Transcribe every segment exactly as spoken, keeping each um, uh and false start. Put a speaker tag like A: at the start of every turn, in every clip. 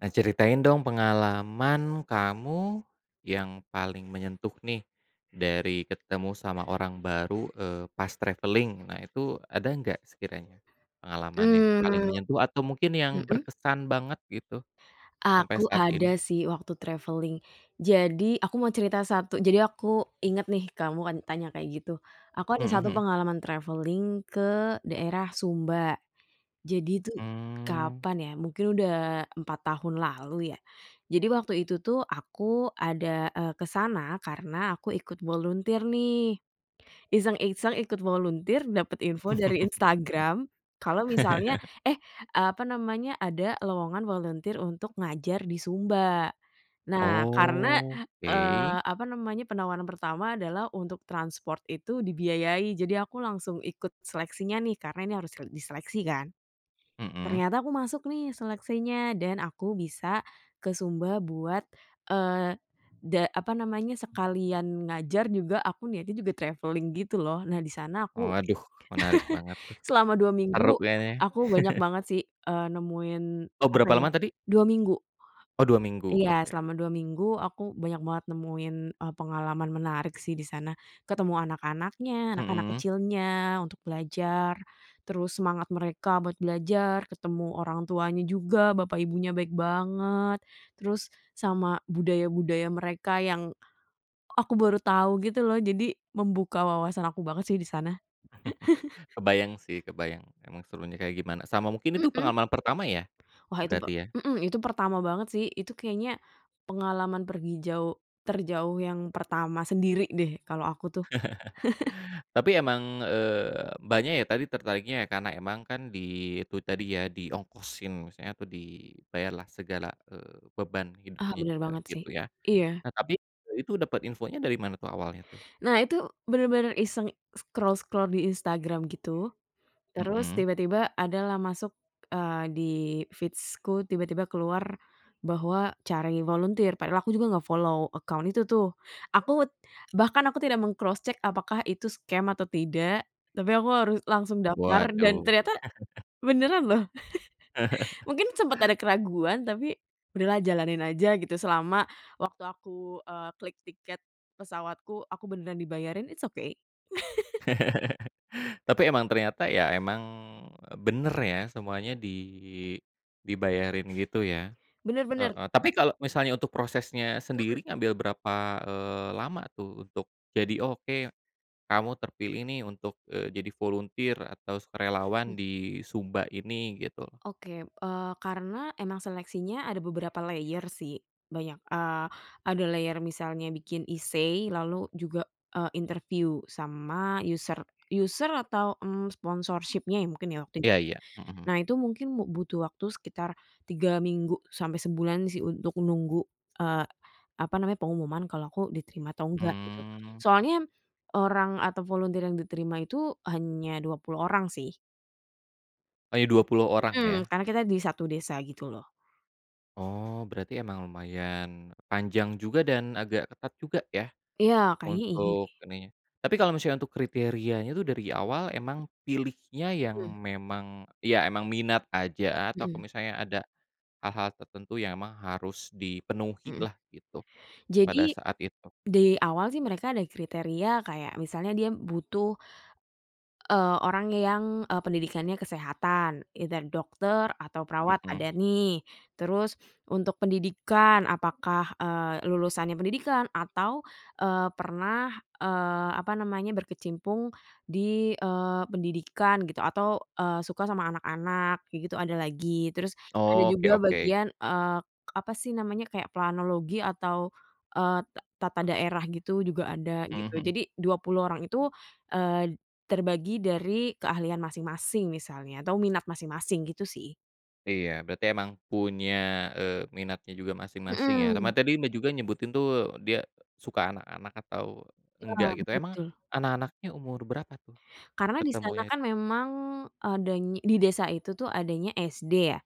A: Nah, ceritain dong pengalaman kamu yang paling menyentuh nih dari ketemu sama orang baru, eee, pas traveling. Nah, itu ada nggak sekiranya pengalaman yang paling
B: Mmm,
A: menyentuh atau mungkin yang
B: mhm.
A: berkesan banget gitu sampai
B: Aku
A: saat ini?
B: ada sih waktu traveling. Jadi aku mau cerita satu, jadi aku inget nih, kamu kan tanya kayak gitu. Aku ada
A: Mhm
B: satu
A: mhm.
B: pengalaman traveling ke daerah Sumba. Jadi itu
A: Mmm.
B: kapan ya, mungkin udah empat tahun lalu ya. Jadi waktu itu tuh aku ada, eee, ke sana karena aku ikut volunteer nih. Iseng-iseng ikut volunteer dapet info dari Instagram, kalau misalnya, eh, apa namanya, ada lowongan volunteer untuk ngajar di Sumba. Nah, karena, eee,
A: Oke.
B: apa namanya, penawaran pertama adalah untuk transport itu dibiayai, jadi aku langsung ikut seleksinya nih, karena ini harus diseleksi kan.
A: Mhm.
B: Ternyata aku masuk nih seleksinya dan aku bisa ke Sumba buat, eee, da apa namanya, sekalian ngajar juga, aku niatnya juga traveling gitu loh. Nah, di sana aku
A: Waduh, menarik banget tuh.
B: selama dua
A: Seru
B: minggu,
A: kayaknya.
B: aku banyak banget sih, eee, nemuin
A: Oh,
B: apa
A: berapa
B: ya,
A: lama tadi?
B: dua minggu.
A: Oh, dua minggu.
B: Iya,
A: Oke.
B: selama dua minggu aku banyak banget nemuin, eee, pengalaman menarik sih di sana. Ketemu anak-anaknya, anak-anak
A: Mhm.
B: kecilnya untuk belajar, terus semangat mereka buat belajar, ketemu orang tuanya juga, bapak ibunya baik banget, terus sama budaya-budaya mereka yang aku baru tahu gitu loh, jadi membuka wawasan aku banget sih di sana.
A: Kebayang sih, kebayang. Emang serunya kayak gimana. Sama mungkin itu
B: Mhm.
A: pengalaman pertama ya,
B: Wah, itu pe
A: berarti ya?
B: mhm, itu pertama banget sih, itu kayaknya pengalaman pergi jauh terjauh yang pertama sendiri deh kalau aku tuh.
A: Tapi emang, eee, Mbaknya ya tadi tertariknya ya karena emang kan di itu tadi ya, diongkosin misalnya atau dibayarlah segala, eee, beban
B: Ah,
A: hidupnya
B: bener
A: juga
B: banget sih.
A: gitu ya.
B: Iya.
A: Nah tapi, itu dapat infonya dari mana tuh awalnya tuh?
B: Nah, itu bener-bener iseng scroll-scroll di Instagram gitu, terus
A: Mhm.
B: tiba-tiba adalah masuk, eee, di feeds-ku tiba-tiba keluar bahwa cari volunteer, padahal aku juga nggak follow account itu tuh. Aku bahkan aku tidak meng-cross check apakah itu scam atau tidak, tapi aku harus langsung daftar dan
A: Waduh.
B: ternyata beneran loh. Mungkin sempat ada keraguan, tapi udahlah jalanin aja gitu. Selama waktu aku, eee, klik tiket pesawatku, aku beneran dibayarin, it's okay.
A: Tapi emang ternyata ya emang, eee, bener ya semuanya di dibayarin gitu ya?
B: Bener-bener.
A: Heeh, tapi kalau misalnya untuk prosesnya sendiri ngambil berapa, eee, lama tuh untuk jadi, "Oh, "Oke, kamu terpilih nih untuk, eee, jadi volunteer atau
B: Mhm,
A: sukarelawan di Sumba ini," gitu loh?
B: oke, eee, karena emang seleksinya ada beberapa layer sih, banyak, eee, ada layer misalnya bikin essay, lalu juga, eee, interview sama user user atau, mmm, sponsorship-nya ya mungkin ya waktu.
A: Iya iya, mhm,
B: Nah, itu mungkin mu butuh waktu sekitar tiga minggu sampai sebulan sih untuk nunggu, eee, apa namanya, pengumuman kalau aku diterima atau enggak gitu.
A: mmm,
B: Soalnya orang atau volunteer yang diterima itu hanya dua puluh orang sih,
A: hanya dua puluh orang
B: mhm,
A: ya?
B: karena kita di satu desa gitu loh.
A: Oh, berarti emang lumayan panjang juga dan agak ketat juga ya
B: Iya kayaknya iya deh.
A: untuk ininya. Tapi kalau misalnya untuk kriterianya tuh dari awal emang pilihnya yang
B: Mhm,
A: memang ya emang minat aja atau
B: mhm, mhm.
A: misalnya ada hal-hal tertentu yang emang harus dipenuhi
B: Mhm,
A: lah gitu,
B: jadi
A: pada saat itu.
B: di awal sih mereka ada kriteria kayak misalnya dia butuh, Eee, orang yang, eee, pendidikannya kesehatan, either dokter atau perawat ada
A: Mhm.
B: nih. Terus untuk pendidikan, apakah, eee, lulusannya pendidikan atau, eee, pernah, eee, apa namanya, berkecimpung di, eee, pendidikan gitu, atau, eee, suka sama anak-anak, kayak gitu ada lagi. Terus ada
A: Oke
B: juga
A: oke.
B: bagian, eee, apa sih namanya, kayak planologi atau, eee, ta tata daerah gitu juga ada
A: Mhm
B: gitu.
A: mhm.
B: Jadi dua puluh orang itu, eh, terbagi dari keahlian masing-masing misalnya atau minat masing-masing gitu sih.
A: Iya, berarti emang punya, eee, minatnya juga masing-masing ya.
B: Mhm,
A: Sama tadi Mbak juga nyebutin tuh dia suka anak-anak atau
B: iya,
A: enggak
B: betul
A: gitu. Emang
B: betul.
A: anak-anaknya umur berapa tuh
B: Karena di sana
A: ketemunya?
B: kan memang adany di desa itu tuh adanya S D ya.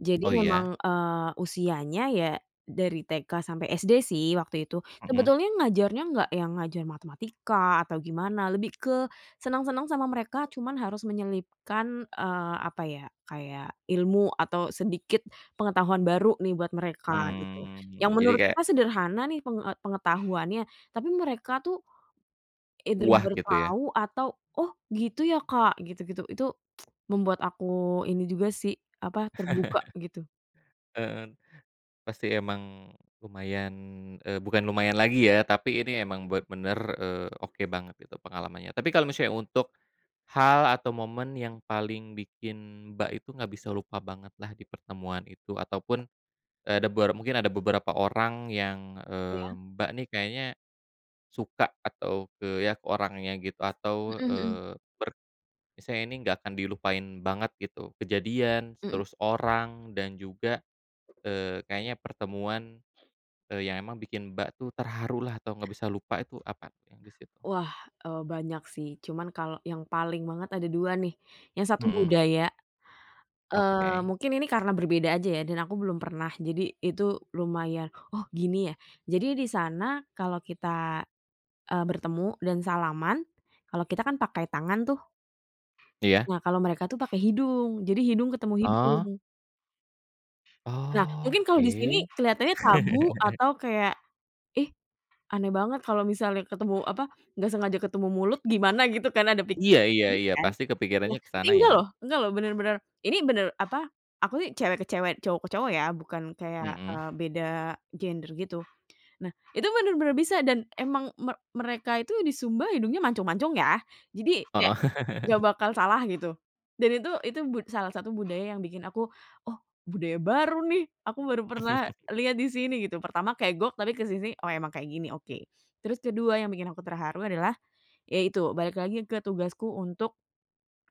B: Jadi
A: Oh iya?
B: memang, eee, usianya ya dari T K sampai S D sih waktu itu.
A: Mhm.
B: Sebetulnya ngajarnya nggak yang ngajar matematika atau gimana, lebih ke senang-senang sama mereka, cuman harus menyelipkan, eee, apa ya, kayak ilmu atau sedikit pengetahuan baru nih buat mereka gitu. Yang
A: Mmm, jadi
B: menurut
A: kayak
B: kita sederhana nih penge eee, pengetahuannya, tapi mereka tuh either
A: wah
B: baru
A: gitu ya?
B: tahu atau, "Oh, gitu ya Kak," gitu-gitu. Itu membuat aku ini juga sih, apa, terbuka gitu.
A: Heeh. Pasti emang lumayan, eee, bukan lumayan lagi ya, tapi ini emang buat bener eee, oke banget gitu pengalamannya. Tapi kalau misalnya untuk hal atau momen yang paling bikin Mbak itu nggak bisa lupa banget lah di pertemuan itu ataupun, eee, ada ber mungkin ada beberapa orang yang,
B: Iya,
A: eee, Mbak nih kayaknya suka atau ke ya ke orangnya gitu atau,
B: mhm mhm,
A: eee, ber misalnya ini nggak akan dilupain banget gitu, kejadian,
B: mhm.
A: terus orang, dan juga, eee, kayaknya pertemuan Eee, yang emang bikin Mbak tuh terharulah atau nggak bisa lupa itu apa tuh yang di situ?
B: Wah, eee, banyak sih, cuman kalau yang paling banget ada dua nih. Yang satu
A: Mhm,
B: budaya, eee,
A: oke.
B: mungkin ini karena berbeda aja ya dan aku belum pernah, jadi itu lumayan, "Oh, gini ya." Jadi di sana kalau kita, eee, bertemu dan salaman, kalau kita kan pakai tangan tuh,
A: Iya?
B: nah kalau mereka tuh pakai hidung, jadi hidung ketemu hidung.
A: Oh,
B: Nah, mungkin kalau
A: oke.
B: di sini kelihatannya tabu atau kayak, "Ih, aneh banget kalau misalnya ketemu apa, nggak sengaja ketemu mulut gimana?" Gitu kan, ada
A: Iya
B: pikiran-pikiran
A: iya
B: gitu
A: iya,
B: kan.
A: pasti
B: Ya,
A: kepikirannya ke
B: tapi
A: sana
B: enggak
A: ya.
B: loh enggak loh, bener-bener ini bener apa, aku nih cewek ke cewek, cowok ke cowok ya, bukan kayak,
A: Mhm,
B: eee, beda gender gitu. Nah, itu bener-bener bisa dan emang me mereka itu di Sumba hidungnya mancung-mancung ya. Jadi
A: heeh.
B: nggak bakal salah gitu. Dan itu itu bud salah satu budaya yang bikin aku, "Oh, budaya baru nih, aku baru pernah lihat di sini," gitu. Pertama kegok, tapi ke sini, "Oh, emang kayak gini, oke." Terus kedua yang bikin aku terharu adalah, ya itu, balik lagi ke tugasku untuk,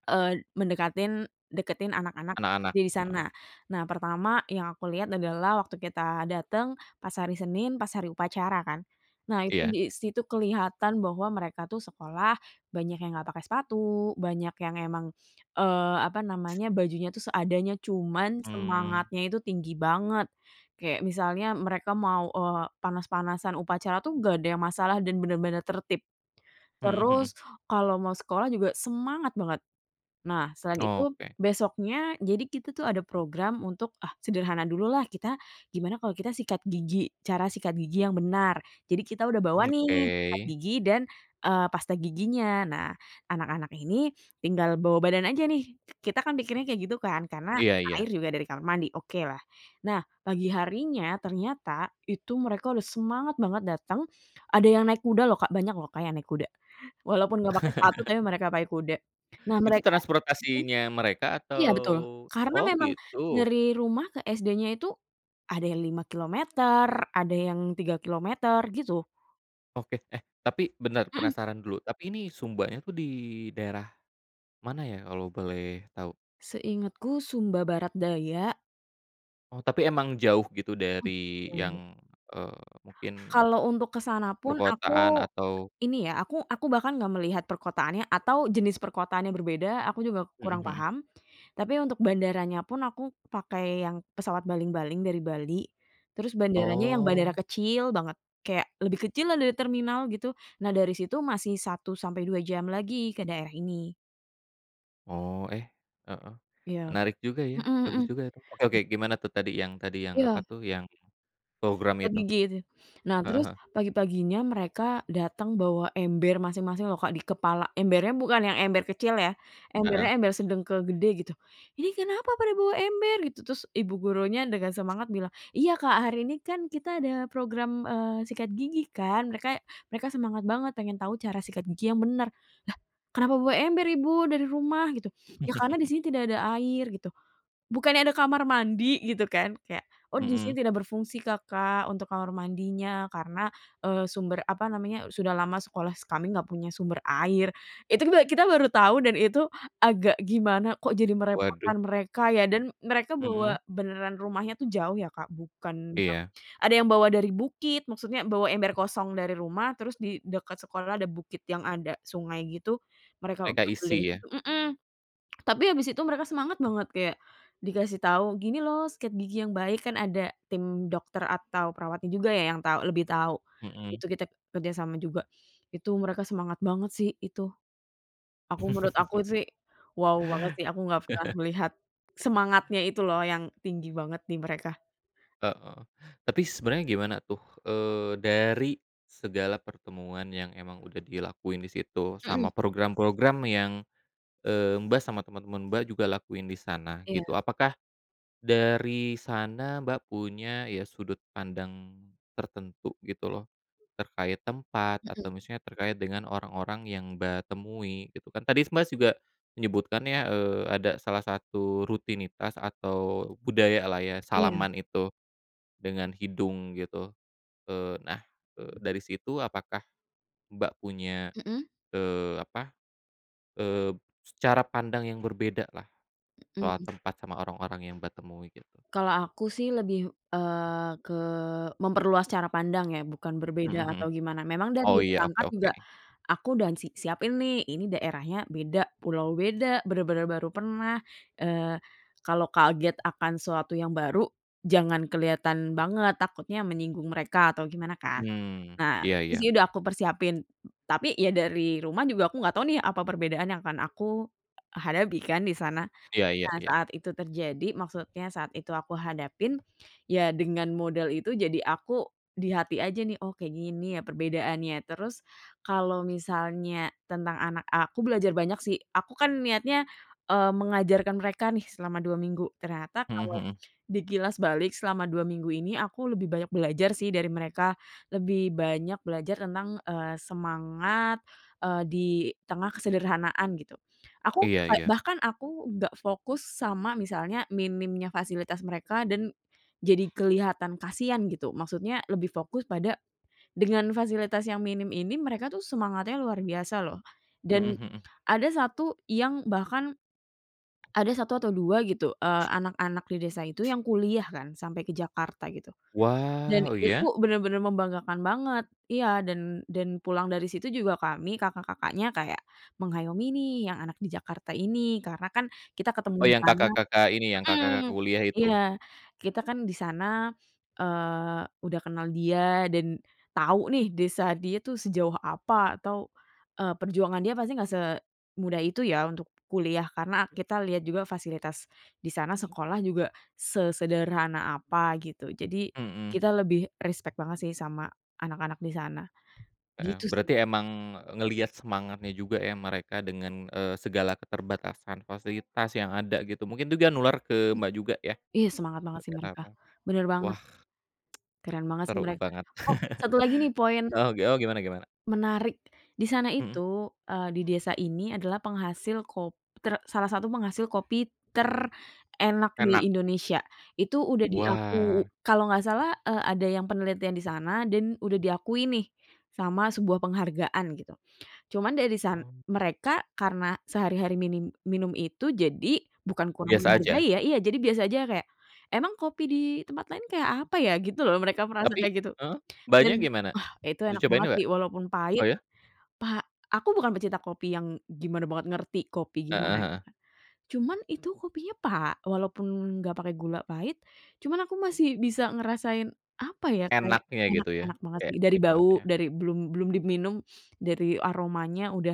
B: Eee, mendekatin deketin anak-anak
A: Anak-anak,
B: S D di
A: heeh,
B: sana. Nah, pertama yang aku lihat adalah waktu kita dateng pas hari Senin, pas hari upacara kan. Nah, itu
A: iya.
B: di situ kelihatan bahwa mereka tuh sekolah banyak yang nggak pakai sepatu, banyak yang emang, eee, apa namanya, bajunya tuh seadanya, cuman
A: Mmm,
B: semangatnya itu tinggi banget. Kayak misalnya mereka mau, eee, panas-panasan upacara tuh nggak ada yang masalah dan bener-bener tertib.
A: mhm mhm.
B: Terus kalau mau sekolah juga semangat banget. Nah, selain itu
A: Oke
B: besoknya jadi kita tuh ada program untuk, ah, sederhana dulu lah kita, gimana kalau kita sikat gigi, cara sikat gigi yang benar. Jadi kita udah bawa
A: oke.
B: nih sikat gigi dan, eee, pasta giginya. Nah, anak-anak ini tinggal bawa badan aja nih. Kita kan pikirnya kayak gitu kan, karena
A: Iya iya.
B: air juga dari kamar mandi, oke lah. Nah, pagi harinya ternyata itu mereka udah semangat banget datang, ada yang naik kuda loh, Kak, banyak loh, kayak naik kuda. Walaupun nggak pakai sepatu, tapi mereka pakai kuda. Nah,
A: Itu
B: mereka.
A: transportasinya mereka
B: Iya
A: atau
B: betul, karena
A: oh
B: memang
A: gitu?
B: dari rumah ke S D-nya itu ada yang lima kilometer, ada yang tiga kilometer gitu.
A: Oke, eh, tapi bentar, penasaran dulu, tapi ini sumbanya tuh di daerah mana ya kalau boleh tahu?
B: Seingatku Sumba Barat Daya.
A: Oh, tapi emang jauh gitu dari
B: Oh,
A: yang, eee, mungkin
B: kalau untuk ke sana pun
A: perkotaan
B: aku
A: atau
B: ini ya, aku aku bahkan nggak melihat perkotaannya atau jenis perkotaannya berbeda, aku juga
A: mhm
B: kurang
A: mhm.
B: paham. Tapi untuk bandaranya pun aku pakai yang pesawat baling-baling dari Bali, terus bandaranya yang bandara
A: Oh
B: kecil banget, kayak lebih kecil lah dari terminal gitu. Nah, dari situ masih satu sampai dua jam lagi ke daerah ini.
A: oh, eh, heeh.
B: Iya.
A: Menarik juga ya,
B: Mhm
A: bagus
B: mhm.
A: juga itu. Oke oke, gimana tuh tadi yang tadi yang apa
B: Iya.
A: tuh, yang program
B: Sikat
A: itu?
B: gigi itu. Nah,
A: Heeh
B: terus
A: heeh,
B: pagi-paginya mereka datang bawa ember masing-masing loh, Kak, di kepala. Embernya bukan yang ember kecil ya,
A: heeh,
B: embernya ember sedang ke gede gitu. "Ini kenapa pada bawa ember?" Gitu. Terus ibu gurunya dengan semangat bilang, "Iya, Kak, hari ini kan kita ada program, eee, sikat gigi kan." Mereka mereka semangat banget pengen tahu cara sikat gigi yang bener. "Kenapa bawa ember Ibu dari rumah?" Gitu. "Ya, karena di sini tidak ada air." Gitu. Bukannya ada kamar mandi gitu kan, kayak, "Oh, di
A: mhm.
B: sini tidak berfungsi Kakak untuk kamar mandinya, karena, eee, sumber apa namanya, sudah lama sekolah s kami nggak punya sumber air." Itu kita kita baru tahu, dan itu agak gimana, kok jadi
A: Waduh,
B: merepotkan mereka ya, dan mereka
A: mhm,
B: bawa beneran, rumahnya tuh jauh ya Kak, bukan yang,
A: iya,
B: ada yang bawa dari bukit, maksudnya bawa ember kosong dari rumah terus di dekat sekolah ada bukit yang ada sungai gitu, mereka
A: mereka
B: ambil
A: isi
B: dari
A: ya,
B: situ mhm. Tapi habis itu mereka semangat banget kayak dikasih tahu, "Gini loh sikat gigi yang baik," kan ada tim dokter atau perawatnya juga ya yang tahu lebih tahu.
A: mhm.
B: Itu kita kerjasama juga. Itu mereka semangat banget sih itu. Aku, menurut aku sih, wow banget sih, aku nggak pernah melihat semangatnya itu loh yang tinggi banget di mereka.
A: Heeh. Tapi sebenarnya gimana tuh, eee, dari segala pertemuan yang emang udah dilakuin di situ,
B: Mhm,
A: sama program-program yang Eee, Mbak sama teman-teman Mbak juga lakuin di sana
B: iya.
A: gitu. Apakah dari sana Mbak punya ya sudut pandang tertentu gitu loh, terkait tempat
B: Mhm,
A: atau misalnya terkait dengan orang-orang yang Mbak temui gitu kan. Tadi Mbak juga menyebutkan ya, eee, ada salah satu rutinitas atau budaya lah ya
B: iya,
A: salaman itu dengan hidung gitu. Eee, nah, eee, dari situ apakah Mbak punya,
B: mhm
A: eee, apa, eee, cara pandang yang berbeda soal
B: mhm.
A: tempat sama orang-orang yang Mbak temui gitu?
B: Kalau aku sih lebih, eee, ke memperluas cara pandang ya, bukan berbeda
A: Mhm mhm.
B: atau gimana. Memang dari
A: Oh iya, oke
B: berangkat
A: oke.
B: juga aku udah si siapin nih, ini daerahnya beda, pulau beda, bener-bener baru pernah, eee, kalau kaget akan sesuatu yang baru, jangan kelihatan banget, takutnya menyinggung mereka atau gimana kan.
A: Mmm,
B: Nah,
A: iya
B: itu
A: iya.
B: sih udah aku persiapin, tapi ya dari rumah juga aku nggak tahu nih apa perbedaan yang akan aku hadapi kan di sana.
A: Iya iya
B: Nah,
A: iya.
B: saat itu terjadi, maksudnya saat itu aku hadapin, ya dengan modal itu jadi aku di hati aja nih, "Oh, kayak gini ya perbedaannya." Terus kalau misalnya tentang anak, ah, aku belajar banyak sih, aku kan niatnya, eee, mengajarkan mereka nih selama dua minggu. Ternyata
A: Mhm
B: kalau
A: mhm.
B: dikilas balik, selama dua minggu ini aku lebih banyak belajar sih dari mereka, lebih banyak belajar tentang, eee, semangat, eee, di tengah kesederhanaan gitu. Aku
A: Iya
B: ba
A: iya.
B: Bahkan aku nggak fokus sama misalnya minimnya fasilitas mereka dan jadi kelihatan kasihan gitu. Maksudnya, lebih fokus pada dengan fasilitas yang minim ini, mereka tuh semangatnya luar biasa loh.
A: Mhm
B: Dan
A: mhm.
B: ada satu yang bahkan, ada satu atau dua gitu, eee, anak-anak di desa itu yang kuliah kan sampai ke Jakarta gitu. Dan
A: Wow, oh
B: itu
A: iya?
B: bener-bener membanggakan banget. Iya, dan dan pulang dari situ juga kami kakak-kakaknya kayak mengayomi nih yang anak di Jakarta ini, karena kan kita ketemu
A: Oh
B: di
A: yang
B: sana.
A: kakak-kakak ini, yang kakak-kakak
B: Mhm,
A: kuliah itu?
B: iya, kita kan di sana, eee, udah kenal dia dan tahu nih desa dia tuh sejauh apa atau, eee, perjuangan dia pasti nggak semudah itu ya untuk kuliah, karena kita lihat juga fasilitas di sana sekolah juga sesederhana apa gitu. Jadi
A: Mhm,
B: kita lebih respect banget sih sama anak-anak di sana,
A: heeh.
B: gitu sih.
A: Berarti emang ngelihat semangatnya juga ya mereka dengan, eee, segala keterbatasan fasilitas yang ada gitu, mungkin juga nular ke Mbak juga ya?
B: Iya, semangat banget sih
A: Terkait
B: mereka,
A: apa
B: bener banget,
A: wah
B: keren banget sih
A: seru
B: mereka.
A: banget.
B: Oh, satu lagi nih poin
A: Oh, oh gimana gimana?
B: menarik. Di sana
A: Mhm.
B: itu, eee, di desa ini adalah penghasil kopi, salah satu penghasil kopi terenak di
A: Enak?
B: Indonesia. Itu udah diaku
A: Wah.
B: kalau nggak salah, eee, ada yang penelitian di sana dan udah diakui nih sama sebuah penghargaan gitu. Cuman dari sana
A: Oh,
B: mereka, karena sehari-hari minim minum itu, jadi bukan kurang
A: biasa aja?
B: menghargai ya, iya, jadi biasa aja kayak, "Emang kopi di tempat lain kayak apa ya?" Gitu loh mereka merasa
A: Tapi
B: kayak gitu.
A: heeh,
B: Dan
A: Mbaknya gimana?
B: itu enak
A: Dicobain
B: banget sih
A: nggak?
B: walaupun
A: Oh
B: pahit.
A: ya?
B: Paha aku bukan pecinta kopi yang gimana banget ngerti kopi gimana
A: Heeh
B: ya,
A: heeh.
B: cuman itu kopinya pa walaupun nggak pakai gula pahit, cuman aku masih bisa ngerasain, apa ya, kayak
A: Enaknya
B: enak,
A: gitu ya,
B: enak banget
A: kayak
B: sih. Dari bau,
A: nikmatnya.
B: dari belum belum diminum, dari aromanya udah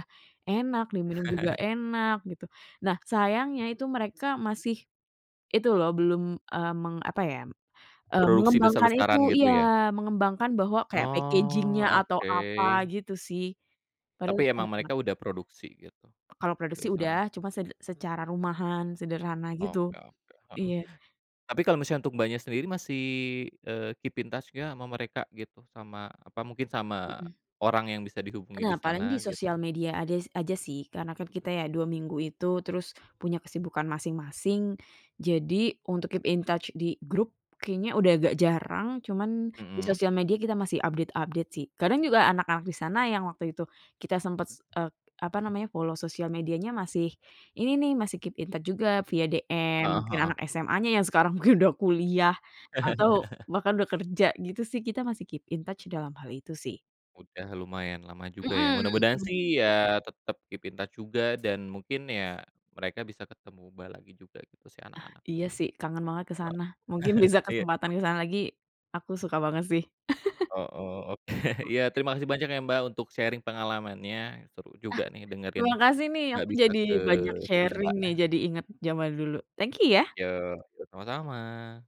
B: enak, diminum juga enak gitu. Nah, sayangnya itu mereka masih itu loh, belum, eee, meng apa ya, eee,
A: Produksi
B: mengembangkan itu,
A: besar-besaran gitu
B: iya,
A: ya?
B: mengembangkan bahwa kayak packaging-nya
A: Oh,
B: atau
A: oke.
B: apa gitu sih, padahal
A: Tapi
B: itu
A: emang
B: enak banget.
A: mereka udah produksi gitu,
B: Kalau produksi
A: dari sana?
B: udah, cuma sed secara rumahan, sederhana gitu.
A: Oke oke, heeh.
B: Iya,
A: Tapi kalau misalnya untuk Mbaknya sendiri masih, eee, keep in touch nggak sama mereka gitu? Sama, apa mungkin sama
B: mhm.
A: orang yang bisa dihubungi di
B: Nah, paling di
A: sana gitu?
B: sosial media ada aja sih, karena kan kita ya dua minggu itu terus punya kesibukan masing-masing. Jadi untuk keep in touch di grup kayaknya udah agak jarang, cuman di
A: Mhm,
B: sosial media kita masih update-update sih. Kadang juga anak-anak di sana yang waktu itu kita sempat, apa namanya, follow sosial medianya, masih ini nih, masih keep in touch juga via D M, mungkin
A: heeh
B: anak S M A-nya yang sekarang mungkin udah kuliah
A: heeh.
B: atau bahkan udah kerja gitu sih, kita masih keep in touch dalam hal itu sih.
A: Udah lumayan lama juga ya,
B: Mhm
A: mudah-mudahan
B: mhm.
A: sih ya tetap keep in touch juga dan mungkin ya mereka bisa ketemu Mbak lagi juga gitu si anak-anak
B: Iya
A: ini.
B: sih, kangen banget ke
A: Oh
B: sana. Mungkin bisa
A: iya,
B: kesempatan ke sana lagi, aku suka banget sih.
A: oh oh, oke. Iya terima kasih banyak ya Mbak untuk sharing pengalamannya, seru juga nih dengerin
B: Terima kasih nih,
A: nggak
B: aku
A: bisa
B: jadi
A: ke
B: banyak
A: Sumba
B: sharing
A: ya.
B: nih, jadi inget zaman dulu. Thank you ya.
A: Yo, yo, sama-sama.